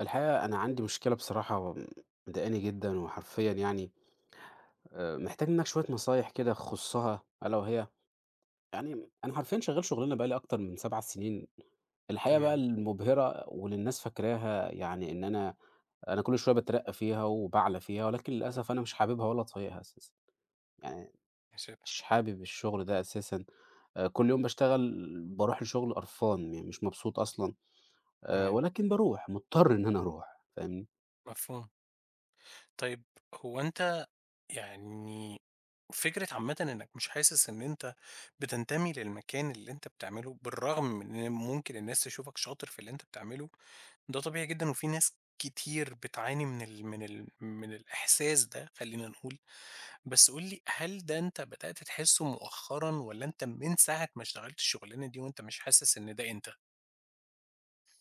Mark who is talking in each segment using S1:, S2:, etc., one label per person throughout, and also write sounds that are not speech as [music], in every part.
S1: الحقيقة أنا عندي مشكلة بصراحة مضايقاني جدًا، وحرفيًا يعني محتاج منك شوية نصايح كده يخصها ألا وهي يعني أنا حرفيًا شغال شغلانة بقى لي أكتر من 7 سنين، الحقيقة بقى
S2: تمام،
S1: المبهرة واللي الناس فاكراها يعني إن أنا كل شوية باترقى فيها وباعلى فيها، ولكن للأسف أنا مش حاببها ولا طايقها أساسًا، يعني
S2: نسيبها،
S1: مش حابب الشغل ده أساسًا، كل يوم باشتغل باروح الشغل قرفان، يعني مش مبسوط أصلًا،
S2: تمام،
S1: ولكن باروح مضطر إن أنا أروح، فاهمني؟
S2: مفهوم. طيب هو أنت يعني فكرة عامةً إنك مش حاسس إن أنت بتنتمي للمكان اللي أنت بتعمله، بالرغم من إن ممكن الناس تشوفك شاطر في اللي أنت بتعمله، ده طبيعي جدًا وفي ناس كتير بتعاني من الإحساس ده خلّينا نقول، بس قُل لي هل ده أنت بدأت تحسه مؤخرًا والّا أنت من ساعة ما اشتغلت الشغلانة دي وأنت مش حاسس إن ده أنت؟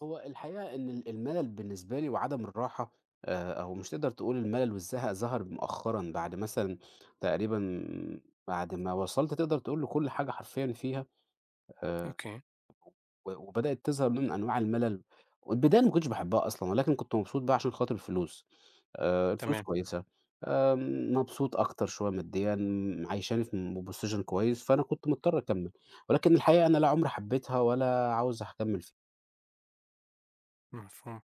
S1: هو الحقيقة إن الملل بالنسبة لي وعدم الراحة أو مش تقدر تقول الملل والزهق ظهر مؤخرًا بعد مثلًا تقريبًا بعد ما وصلت تقدر تقول لكل حاجة حرفيًا فيها آآ
S2: أوكي،
S1: و وبدأت تظهر نوع من أنواع الملل، والبداية أنا ما كنتش باحبها أصلًا ولكن كنت مبسوط بقى عشان خاطر الفلوس، الفلوس
S2: تمام،
S1: كويسة، مبسوط أكتر شوية ماديًا، عايشاني في position كويس، فأنا كنت مضطر أكمّل، ولكن الحقيقة أنا لا عمري حبيتها ولا عاوز أكمّل فيها.
S2: مفهوم.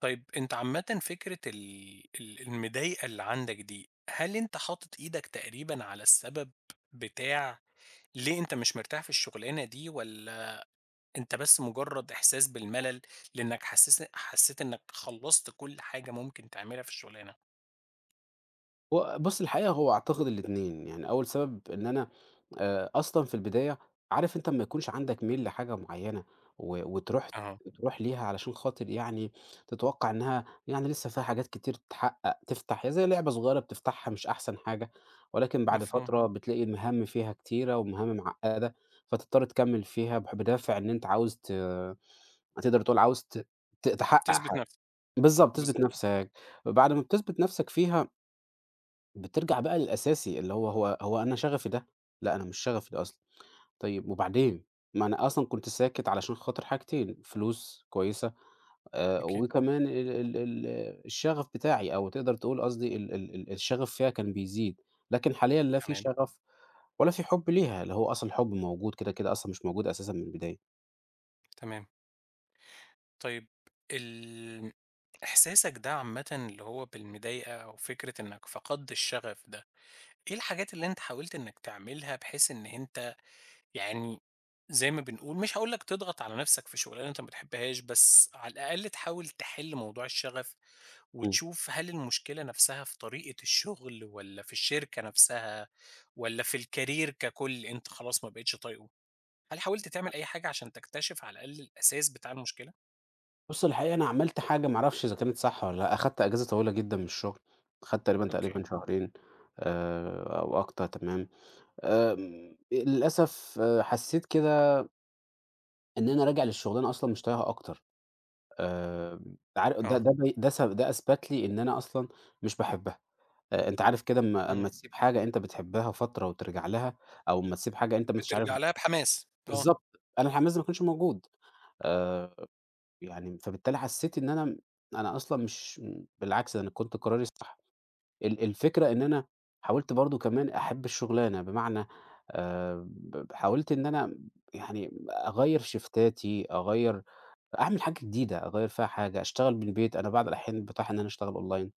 S2: طيب أنت عامةً فكرة ال ال المضايقة اللي عندك دي، هل أنت حاطط إيدك تقريبًا على السبب بتاع ليه أنت مش مرتاح في الشغلانة دي، والّا أنت بس مجرد إحساس بالملل لإنك حسيت إنك خلّصت كل حاجة ممكن تعملها في الشغلانة؟
S1: هو بُص الحقيقة هو أعتقد الاتنين، يعني أول سبب إن أنا أصلًا في البداية عارف أنت أمّا يكونش عندك ميل لحاجة معيّنة و وتروح
S2: أها،
S1: تروح ليها علشان خاطر يعني تتوقع إنها يعني لسه فيها حاجات كتير تتحقق، تفتح هي زي لعبة صغيرة بتفتحها مش أحسن حاجة، ولكن بعد
S2: مفهوم،
S1: فترة بتلاقي المهام فيها كتيرة ومهام معقدة، فتضطر تكمّل فيها بدافع إن أنت عاوز تقدر تقول عاوز ت ت تحقق
S2: تثبت
S1: حاجة
S2: نفسك،
S1: بالضبط، تثبت
S2: بالضبط،
S1: نفسك، بعد ما بتثبت نفسك فيها بترجع بقى للأساسي، اللي هو أنا شغفي ده؟ لأ، أنا مش شغفي ده أصلًا. طيب وبعدين؟ ما أنا أصلًا كنت ساكت علشان خاطر حاجتين، فلوس كويسة
S2: أكيد،
S1: وكمان ال ال ال الشغف بتاعي أو تقدر تقول قصدي ال ال ال الشغف فيها كان بيزيد، لكن حاليًا لا في
S2: تمام،
S1: شغف ولا في حُب ليها، اللي هو أصلًا الحُب موجود كده، كده أصلًا مش موجود أساسًا من البداية.
S2: تمام. طيب ال إحساسك ده عامةً اللي هو بالمضايقة أو فكرة إنك فقدت الشغف ده، إيه الحاجات اللي أنت حاولت إنك تعملها بحيث إن أنت يعني زي ما بنقول مش هاقول لك تضغط على نفسك في شغلانة أنت ما بتحبهاش، بس على الأقل تحاول تحل موضوع الشغف،
S1: إمم.
S2: وتشوف هل المشكلة نفسها في طريقة الشغل والّا في الشركة نفسها والّا في الcareer ككل أنت خلاص ما بقيتش طايقه؟ هل حاولت تعمل أي حاجة عشان تكتشف على الأقل الأساس بتاع المشكلة؟
S1: بُص الحقيقة أنا عملت حاجة ما أعرفش إذا كانت صح والّا لأ، أخدت أجازة طويلة جدًا من الشغل، أخدت تقريبًا،
S2: أوكي،
S1: تقريبًا شهرين أو أكتر تمام. للأسف آه، حسّيت كده إن أنا راجع للشغلانة أصلًا مش طايقها أكتر، عار ده
S2: آه،
S1: ده بي ده س ده أثبت لي إن أنا أصلًا مش باحبها، أنت عارف كده أمّا
S2: إمم،
S1: أمّا تسيب حاجة أنت بتحبها فترة وترجع لها، أو أمّا تسيب حاجة أنت مش عارف
S2: بترجع لها بحماس، آه،
S1: بالضبط، أنا الحماس ده ما كانش موجود، آآ، يعني فبالتالي حسّيت إن أنا أصلًا مش بالعكس ده أنا كنت قراري الصح. الفكرة إن أنا حاولت برضه كمان أحب الشغلانة، بمعنى ب حاولت إن أنا يعني أغيّر شيفتاتي، أغيّر أعمل حاجة جديدة، أغيّر فيها حاجة، أشتغل من البيت، أنا بعض الأحيان باتاح إن أنا أشتغل أونلاين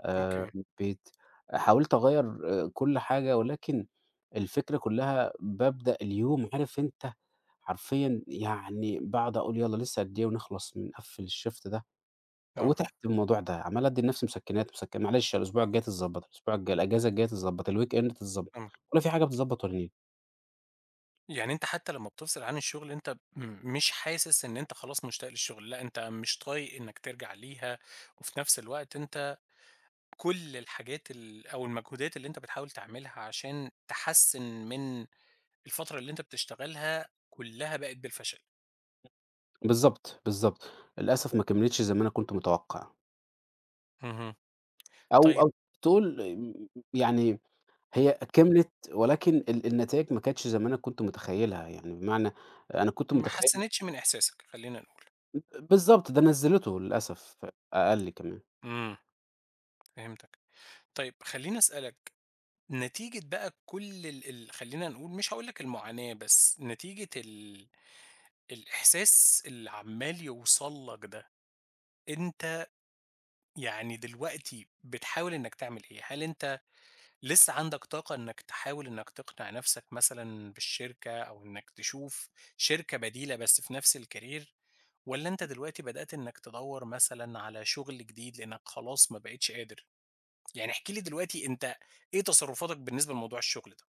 S2: أوكي،
S1: من البيت، حاولت أغيّر كل حاجة ولكن الفكرة كلّها بابدأ اليوم عارف أنت حرفيًا يعني باقعد أقول يالّا لسه قد إيه ونخلص من نقفّل الشيفت ده.
S2: آه،
S1: وتعبت من الموضوع ده، عمّال أدّي لنفسي مسكنات، معلش الأسبوع الجاي تتضبّط، الأسبوع الجاي، الأجازة الجاية تتضبّط، الweekend تتضبّط،
S2: فهمتك.
S1: ولا في حاجة بتتضبّط ولا نيلة.
S2: يعني أنت حتى لمّا بتفصل عن الشغل أنت مش حاسس إن أنت خلاص مشتاق للشغل، لأ أنت مش طايق إنك ترجع ليها، وفي نفس الوقت أنت كل الحاجات أو المجهودات اللي أنت بتحاول تعملها عشان تحسّن من الفترة اللي أنت بتشتغلها، كلها بقت بالفشل.
S1: بالضبط، بالضبط. للأسف ما كمّلتش زي ما أنا كنت متوقّع،
S2: اهم.
S1: أو
S2: طيب
S1: أو تقول يعني هي كملت ولكن النتايج ما كانتش زي ما أنا كنت متخيّلها، يعني بمعنى أنا كنت
S2: ما
S1: متخيّل
S2: حسّنتش من إحساسك، خلّينا نقول.
S1: بالضبط، ده نزّلته للأسف أقل كمان.
S2: إمم، فهمتك. طيب خلّيني أسألك، نتيجة بقى كل ال ال خلّينا نقول مش هاقول لك المعاناة، بس نتيجة الإحساس اللي عمّال يوصل لك ده، أنت دلوقتي بتحاول إنّك تعمل إيه؟ هل أنت لسّه عندك طاقة إنّك تحاول إنّك تقنع نَفْسك مثلًا بالشركة أو إنّك تشوف شركة بديلة بس في نَفْس الcareer والّا أنت دلوقتي بدأت إنّك تدوّر مثلًا على شُغل جديد لإنّك خلاص ما بقيتش قادر؟ يعني احكِ لي دلوقتي أنت إيه تصرُّفاتك بالنسبة لموضوع الشغل ده؟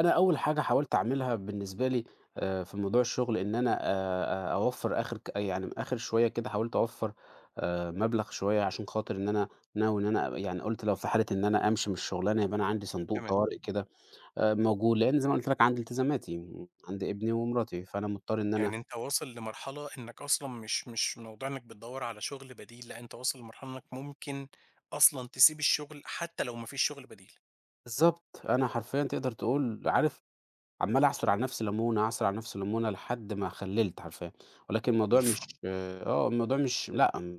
S1: أنا أول حاجة حاولت أعملها بالنسبة لي في موضوع الشغل إن أنا أوفّر آخر ك يعني آخر شوية كده حاولت أوفّر مبلغ شوية عشان خاطر إن أنا ناوي إن أنا يعني قُلت لو في حالة إن أنا أمشي من الشغلانة يبقى أنا عندي صندوق
S2: تمام.
S1: طوارئ كده موجود، لإن زي ما قُلت لك عندي التزاماتي، عندي ابني ومراتي، فأنا مضطر إن أنا
S2: يعني أنت واصل لمرحلة إنك أصلًا مش موضوع إنك بتدوّر على شغل بديل، لأ أنت واصل لمرحلة إنك ممكن أصلًا تسيب الشغل حتى لو ما فيش شغل بديل.
S1: بالضبط، أنا حرفيًا تقدر تقول عارف عمّال أعصُر على نَفْسي ليمونة، أعصُر على نَفْسي ليمونة لحد ما خلِّلت حرفيًا، ولكن الموضوع مش
S2: [laughs]
S1: الموضوع مش لأ،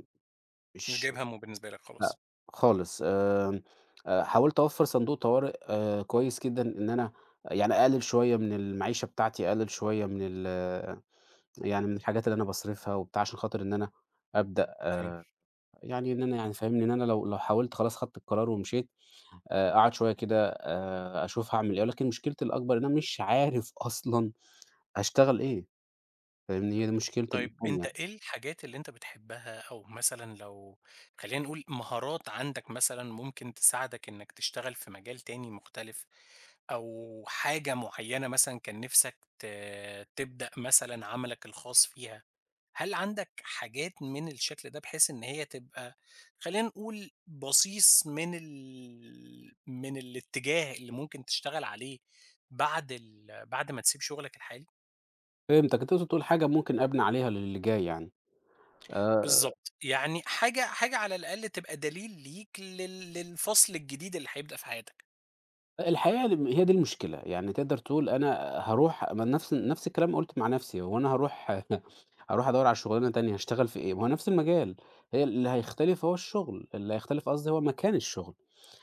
S2: مش
S1: مش
S2: جايب همّه بالنسبة لك
S1: لأ
S2: خلاص،
S1: خالص، حاولت أوفّر صندوق طوارئ كويس جدًا إن أنا يعني أقلل شوية من المعيشة بتاعتي، أقلل شوية من يعني من الحاجات اللي أنا باصرفها وبتاع عشان خاطر إن أنا أبدأ
S2: أوكي.
S1: يعني إن أنا يعني فاهمني، إن أنا لو حاولت خلاص خدت القرار ومشيت، أقعد شوية كده أشوف هاعمل إيه، ولكن مشكلتي الأكبر إن أنا مش عارف أصلًا هاشتغل إيه، فاهمني، هي دي مشكلتي
S2: طيب
S1: الأهم
S2: أنت
S1: يعني.
S2: إيه الحاجات اللي أنت بتحبها أو مثلًا لو خلّينا نقول مهارات عندك مثلًا ممكن تساعدك إنك تشتغل في مجال تاني مختلف، أو حاجة معيّنة مثلًا كان نِفْسك تبدأ مثلًا عملك الخاص فيها، هل عندك حاجات من الشكل ده بحيث إن هي تبقى خلّينا نقول بصيص من الاتجاه اللي ممكن تشتغل عليه بعد ما تسيب شغلك الحالي؟
S1: فهمتك، أنت تقصد تقول حاجة ممكن أبني عليها للي جاي يعني، آآ
S2: بالضبط، يعني حاجة على الأقل تبقى دليل ليك للفصل الجديد اللي هيبدأ في حياتك.
S1: الحقيقة هي دي المشكلة، يعني تقدر تقول أنا هاروح ما نفس الكلام قُلته مع نفسي، هو أنا هاروح [laughs] أدوّر على شغلانة تانية هاشتغل في إيه؟ ما هو نفس المجال، هي اللي هيختلف هو الشغل، اللي هيختلف قصدي هو مكان الشغل،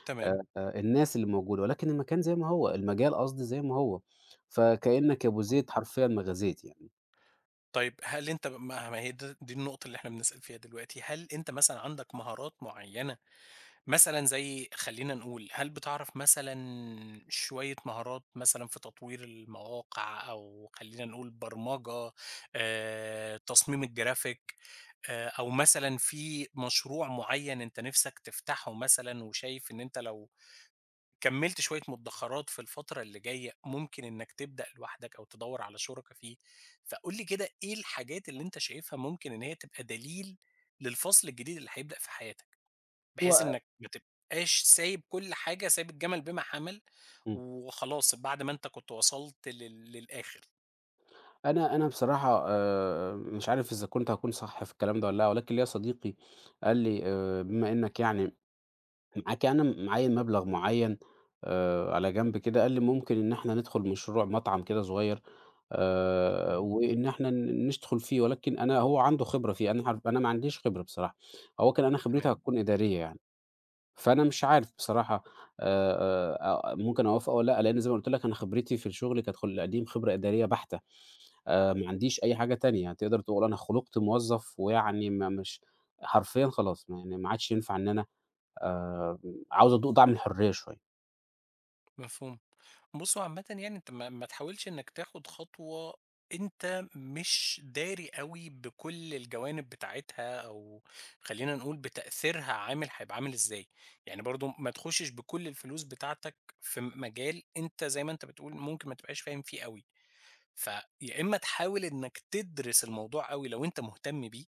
S2: تمام،
S1: الناس اللي موجودة، ولكن المكان زي ما هو، المجال قصدي زي ما هو، فكأنك يا أبو
S2: آه.
S1: زيد حرفيًا ما غزيت يعني،
S2: طيب هل أنت ما ما هي د دي النقطة اللي إحنا بنسأل فيها دلوقتي، هل أنت مثلًا عندك مهارات معيّنة مثلًا زي خلّينا نقول هل بتعرف مثلًا شوية مهارات مثلًا في تطوير المواقع أو خلّينا نقول برمجة، تصميم الجرافيك، أو مثلًا في مشروع معيّن أنت نِفْسك تفتحه مثلًا وشايف إن أنت لو كمّلت شوية مدّخرات في الفترة اللي جاية، ممكن إنّك تبدأ لوحدك أو تدوّر على شُركا فيه، فقُل لي كده إيه الحاجات اللي أنت شايفها ممكن إن هي تبقى دليل للفصل الجديد اللي هيبدأ في حياتك، بحيث
S1: هو
S2: إنّك ما تبقاش سايب كل حاجة، سايب الجمل بما حمل
S1: إمم،
S2: وخلاص بعد ما أنت كنت وصلت للآخر.
S1: أنا بصراحة مش عارف إذا كنت هاكون صح في الكلام ده والّا لأ، ولكن ليّا صديقي قال لي بما إنك يعني معاكِ أنا معيّن مبلغ معيّن على جنب كده، قال لي: "ممكن إن إحنا ندخل مشروع مطعم كده صغير وإن إحنا ندخل فيه." ولكن أنا هو عنده خبرة فيه، أنا ما عنديش خبرة بصراحة، هو كان أنا خبرتي
S2: تمام.
S1: هتكون إدارية يعني، فأنا مش عارف بصراحة آآ ممكن أوافق أو لأ، لإن زي ما قُلت لك أنا خبرتي في الشغل كانت القديم خبرة إدارية بحتة، ما عنديش أي حاجة تانية، يعني، تقدر تقول أنا خُلُقت موظف ويعني ما مش حرفيًا خلاص، ما يعني ما عادش ينفع إن أنا آآ عاوز أدوق طعم الحرية شوية.
S2: مفهوم. بُص هو عامةً يعني أنت ما تحاولش إنك تاخد خطوة أنت مش داري أوي بكل الجوانب بتاعتها أو خلّينا نقول بتأثيرها عامل هيبقى عامل إزاي، يعني برضه ما تخشش بكل الفلوس بتاعتك في مجال أنت زي ما أنت بتقول ممكن ما تبقاش فاهم فيه أوي. فيا إما تحاول إنك تدرس الموضوع أوي لو أنت مهتم بيه،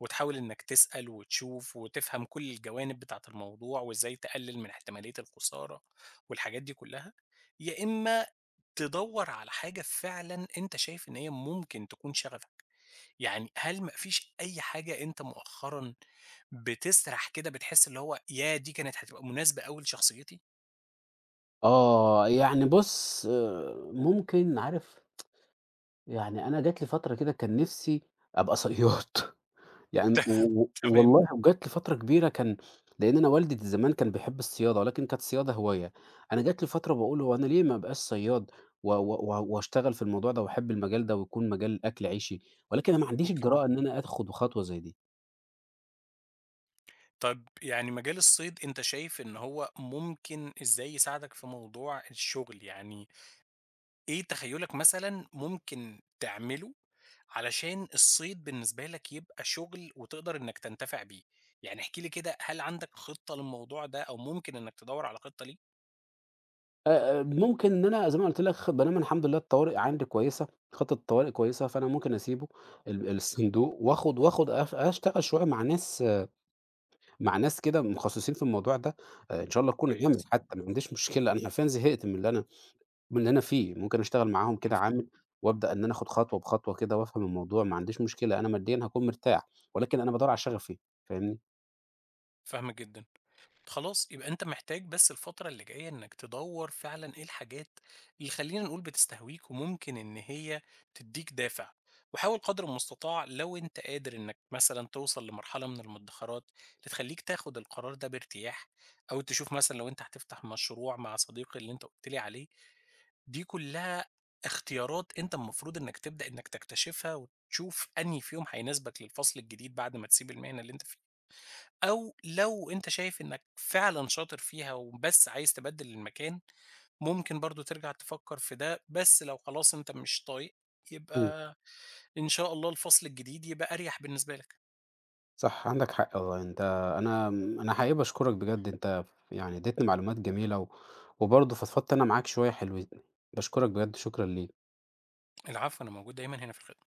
S2: وتحاول إنك تسأل وتشوف وتفهم كل الجوانب بتاعة الموضوع، وإزاي تقلل من احتمالية الخسارة والحاجات دي كلها، يا إما تدوّر على حاجة فعلًا أنت شايف إن هي ممكن تكون شغفك، يعني هل ما فيش أي حاجة أنت مؤخرًا بتسرح كده بتحس اللي هو ياه! دي كانت هتبقى مناسبة أوي لشخصيتي؟
S1: آه، يعني بُص ممكن عارف، يعني أنا جات لي فترة كده كان نِفْسي أبقى صيّاد، [laughs] يعني
S2: [laughs]
S1: و و
S2: تمام،
S1: والله وجات لي فترة كبيرة كان لإن أنا والدي زمان كان بيحب الصيادة، ولكن كانت الصيادة هواية. أنا جات لي فترة باقول هو أنا ليه ما أبقاش صياد و و و وأشتغل في الموضوع ده وأحب المجال ده ويكون مجال أكل عيشي، ولكن أنا ما عنديش
S2: أوكي.
S1: الجرأة إن أنا آخُد خطوة زي دي.
S2: طب يعني مجال الصيد أنت شايف إن هو ممكن إزاي يساعدك في موضوع الشغل؟ يعني إيه تخيُّلك مثلًا ممكن تعمله علشان الصيد بالنسبة لك يبقى شغل وتقدر إنك تنتفع بيه؟ يعني احكِ لي كده هل عندك خطة للموضوع ده أو ممكن إنك تدوّر على خطة ليه؟
S1: ممكن إن أنا زي ما قُلت لك بانام الحمد لله الطوارئ عندي كويسة، خطة الطوارئ كويسة، فأنا ممكن أسيبه الصندوق وآخد أشتغل شوية مع ناس مع ناس كده متخصصين في الموضوع ده، إن شاء الله أكون عامل
S2: كويس،
S1: حتى ما عنديش مشكلة، أنا حرفيًا زهقت من اللي أنا فيه، ممكن أشتغل معاهم كده
S2: مفهوم.
S1: عامل وأبدأ إن أنا آخد خطوة بخطوة كده وأفهم الموضوع، ما عنديش مشكلة، أنا ماديًا هاكون مرتاح، ولكن أنا بادوّر على شغفي، فاهمني؟
S2: فاهمك جدًا. خلاص يبقى أنت محتاج بس الفترة اللي جاية إنك تدوّر فعلًا إيه الحاجات اللي خلّينا نقول بتستهويك وممكن إن هي تدّيك دافع، وحاول قدر المستطاع لو أنت قادر إنك مثلًا توصل لمرحلة من المدخرات اللي تخلّيك تاخد القرار ده بارتياح، أو تشوف مثلًا لو أنت هتفتح مشروع مع صديق اللي أنت قُلت لي عليه، دي كلّها اختيارات أنت المفروض إنك تبدأ إنك تكتشفها وتشوف أنهي فيهم هيناسبك للفصل الجديد بعد ما تسيب المهنة اللي أنت فيها. أو لو أنت شايف إنك فعلًا شاطر فيها وبس عايز تبدِّل المكان، ممكن برضه ترجع تفكّر في ده، بس لو خلاص أنت مش طايق،
S1: إمم.
S2: يبقى إن شاء الله الفصل الجديد يبقى أريح بالنسبة لك.
S1: صح عندك حق والله انت، انا حقيقي بشكرك بجد. انت يعني اديتني معلومات جميلة وبرضه فضفضت انا معاك شوية حلوين. بشكرك بجد، شكرا ليك.
S2: العفو، أنا موجود دايمًا هنا في الخدمة.